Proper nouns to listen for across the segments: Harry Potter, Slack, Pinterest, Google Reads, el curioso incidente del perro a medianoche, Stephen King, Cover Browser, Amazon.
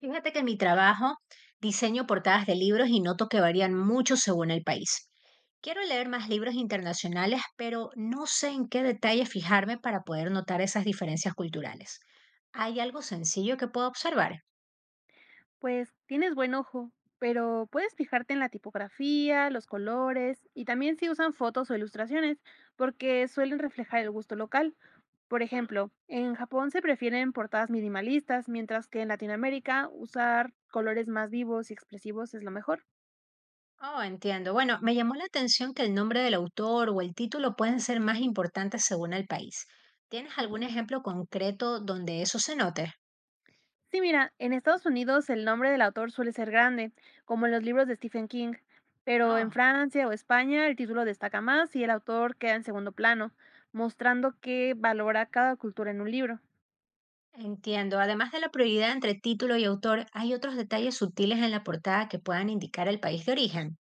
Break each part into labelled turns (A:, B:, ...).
A: Fíjate que en mi trabajo diseño portadas de libros y noto que varían mucho según el país. Quiero leer más libros internacionales, pero no sé en qué detalle fijarme para poder notar esas diferencias culturales. ¿Hay algo sencillo que pueda observar?
B: Pues tienes buen ojo, pero puedes fijarte en la tipografía, los colores y también si usan fotos o ilustraciones, porque suelen reflejar el gusto local. Por
A: Ujú.
B: ejemplo, en Japón se prefieren portadas minimalistas, mientras que en Latinoamérica usar colores más vivos y expresivos es lo mejor.
A: Oh, entiendo. Bueno, me llamó la atención que el nombre del autor o el título pueden ser más importantes según el país. ¿Tienes
B: Ok.
A: algún ejemplo concreto donde eso se note?
B: Sí, mira, en Estados Unidos el nombre del autor suele ser grande, como en los libros de Stephen King, pero
A: Oh.
B: en Francia o España el título destaca más y el autor queda en segundo plano, mostrando que valora cada cultura en un libro.
A: Entiendo. Además de la prioridad entre título y autor, ¿hay otros detalles sutiles en la portada que puedan indicar el país de origen?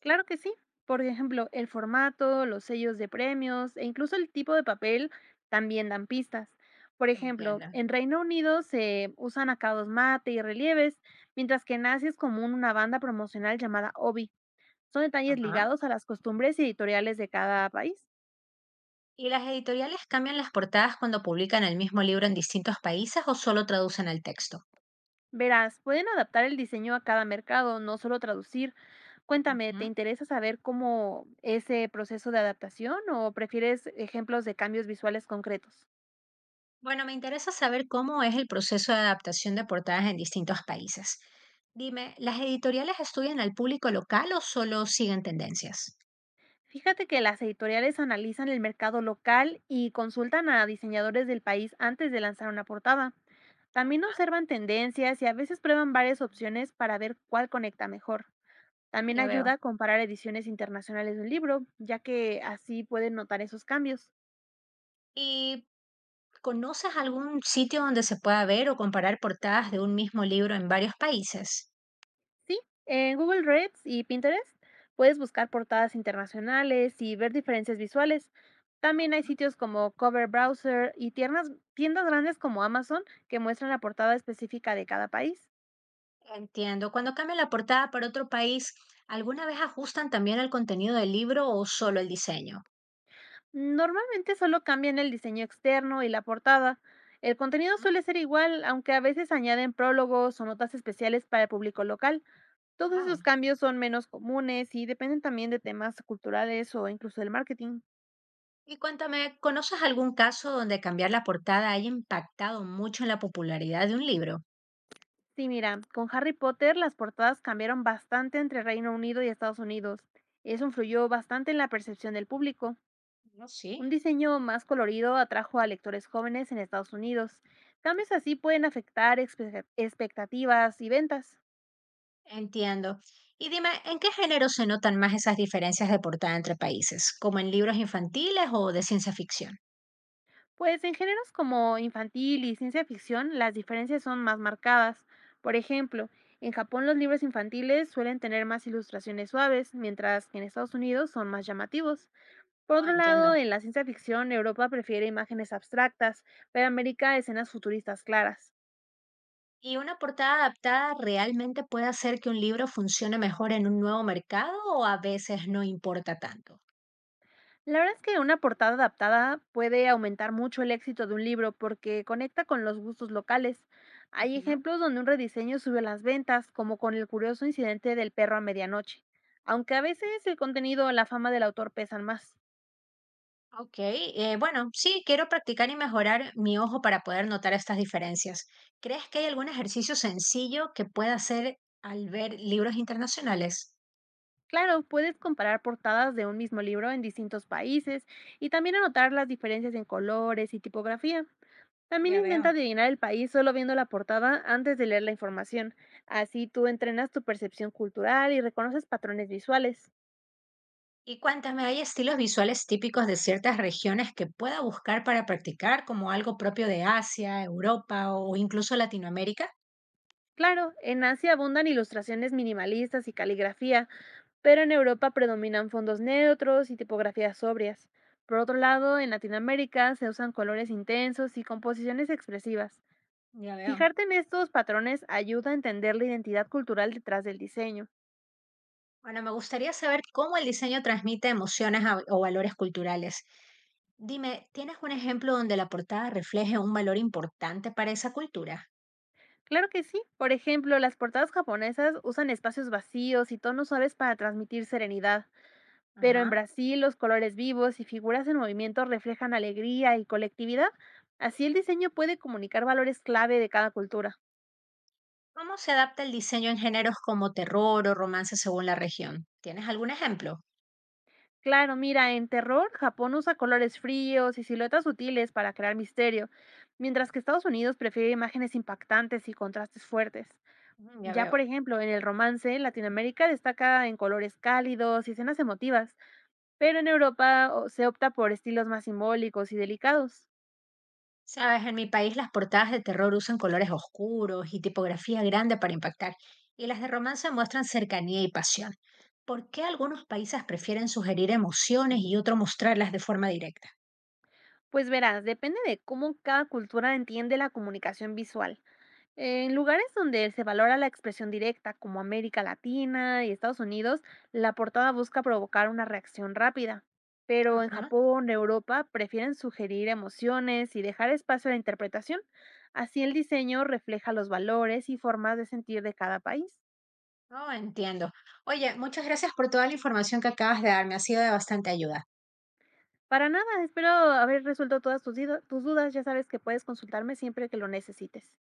B: Claro que sí, por ejemplo, el formato, los sellos de premios e incluso el tipo de papel también dan pistas. Por ejemplo,
A: Entiendo.
B: en Reino Unido se usan acabados mate y relieves, mientras que en Asia es común una banda promocional llamada obi. Son detalles
A: Ajá.
B: ligados a las costumbres editoriales de cada país.
A: ¿Y las editoriales cambian las portadas cuando publican el mismo libro en distintos países o solo traducen el texto?
B: Verás, pueden adaptar el diseño a cada mercado, no solo traducir. Cuéntame, ¿te
A: Ujú.
B: interesa saber cómo ese proceso de adaptación o prefieres ejemplos de cambios visuales concretos?
A: Bueno, me interesa saber cómo es el proceso de adaptación de portadas en distintos países. Dime, ¿las editoriales estudian al público local o solo siguen tendencias?
B: Fíjate que las editoriales analizan el mercado local y consultan a diseñadores del país antes de lanzar una portada. También
A: Ajá.
B: observan tendencias y a veces prueban varias opciones para ver cuál conecta mejor. También
A: Ya
B: ayuda
A: veo.
B: a comparar ediciones internacionales de un libro, ya que así pueden notar esos cambios.
A: ¿Y ¿Conoces algún sitio donde se pueda ver o comparar portadas de un mismo libro en varios países?
B: Sí, en Google Reads y Pinterest puedes buscar portadas internacionales y ver diferencias visuales. También hay sitios como Cover Browser y tiendas grandes como Amazon que muestran la portada específica de cada país.
A: Entiendo. Cuando cambian la portada para otro país, ¿alguna vez ajustan también el contenido del libro o solo el diseño?
B: Normalmente solo cambian el diseño externo y la portada. El contenido
A: Ujú.
B: suele ser igual, aunque a veces añaden prólogos o notas especiales para el público local. Todos esos
A: Ah.
B: cambios son menos comunes y dependen también de temas culturales o incluso del marketing.
A: Y cuéntame, ¿conoces algún caso donde cambiar la portada haya impactado mucho en la popularidad de un libro?
B: Sí, mira, con Harry Potter las portadas cambiaron bastante entre Reino Unido y Estados Unidos. Eso influyó bastante en la percepción del público.
A: No, sí.
B: Un diseño más colorido atrajo a lectores jóvenes en Estados Unidos. Cambios así pueden afectar expectativas y ventas.
A: Entiendo. Y dime, ¿en qué género se notan más esas diferencias de portada entre países? ¿Como en libros infantiles o de ciencia ficción?
B: Pues en géneros como infantil y ciencia ficción, las diferencias son más marcadas. Por ejemplo, en Japón los libros infantiles suelen tener más ilustraciones suaves, mientras que en Estados Unidos son más llamativos. Por
A: Ah,
B: otro lado,
A: entiendo.
B: en la ciencia ficción, Europa prefiere imágenes abstractas, pero América escenas futuristas claras.
A: ¿Y una portada adaptada realmente puede hacer que un libro funcione mejor en un nuevo mercado o a veces no importa tanto?
B: La verdad es que una portada adaptada puede aumentar mucho el éxito de un libro porque conecta con los gustos locales. Hay
A: Ujú.
B: ejemplos donde un rediseño sube las ventas, como con el curioso incidente del perro a medianoche, aunque a veces el contenido o la fama del autor pesan más.
A: Ok, bueno, sí, quiero practicar y mejorar mi ojo para poder notar estas diferencias. ¿Crees que hay algún ejercicio sencillo que pueda hacer al ver libros internacionales?
B: Claro, puedes comparar portadas de un mismo libro en distintos países y también anotar las diferencias en colores y tipografía. También
A: Ya
B: intenta
A: veo.
B: adivinar el país solo viendo la portada antes de leer la información. Así tú entrenas tu percepción cultural y reconoces patrones visuales.
A: Y cuéntame, ¿hay estilos visuales típicos de ciertas regiones que pueda buscar para practicar como algo propio de Asia, Europa o incluso Latinoamérica?
B: Claro, en Asia abundan ilustraciones minimalistas y caligrafía, pero en Europa predominan fondos neutros y tipografías sobrias. Por otro lado, en Latinoamérica se usan colores intensos y composiciones expresivas.
A: Ya veo.
B: Fijarte en estos patrones ayuda a entender la identidad cultural detrás del diseño.
A: Bueno, me gustaría saber cómo el diseño transmite emociones o valores culturales. Dime, ¿tienes un ejemplo donde la portada refleje un valor importante para esa cultura?
B: Claro que sí. Por ejemplo, las portadas japonesas usan espacios vacíos y tonos suaves para transmitir serenidad, pero en
A: Ajá.
B: Brasil los colores vivos y figuras en movimiento reflejan alegría y colectividad. Así el diseño puede comunicar valores clave de cada cultura.
A: ¿Cómo se adapta el diseño en géneros como terror o romance según la región? ¿Tienes algún ejemplo?
B: Claro, mira, en terror, Japón usa colores fríos y siluetas sutiles para crear misterio, mientras que Estados Unidos prefiere imágenes impactantes y contrastes fuertes.
A: Ya
B: Ya,
A: veo.
B: por ejemplo, en el romance, Latinoamérica destaca en colores cálidos y escenas emotivas. Pero en Europa o se opta por estilos más simbólicos y delicados.
A: Sabes, en mi país las portadas de terror usan colores oscuros y tipografía grande para impactar, y las de romance muestran cercanía y pasión. ¿Por qué algunos países prefieren sugerir emociones y otros mostrarlas de forma directa?
B: Pues verás, depende de cómo cada cultura entiende la comunicación visual. En lugares donde se valora la expresión directa, como América Latina y Estados Unidos, la portada busca provocar una reacción rápida. Pero en
A: Ajá.
B: Japón, Europa, prefieren sugerir emociones y dejar espacio a la interpretación. Así el diseño refleja los valores y formas de sentir de cada país.
A: Oh, entiendo. Oye, muchas gracias por toda la información que acabas de darme. Ha sido de bastante ayuda.
B: Para nada, espero haber resuelto todas tus dudas. Ya sabes que puedes consultarme siempre que lo necesites.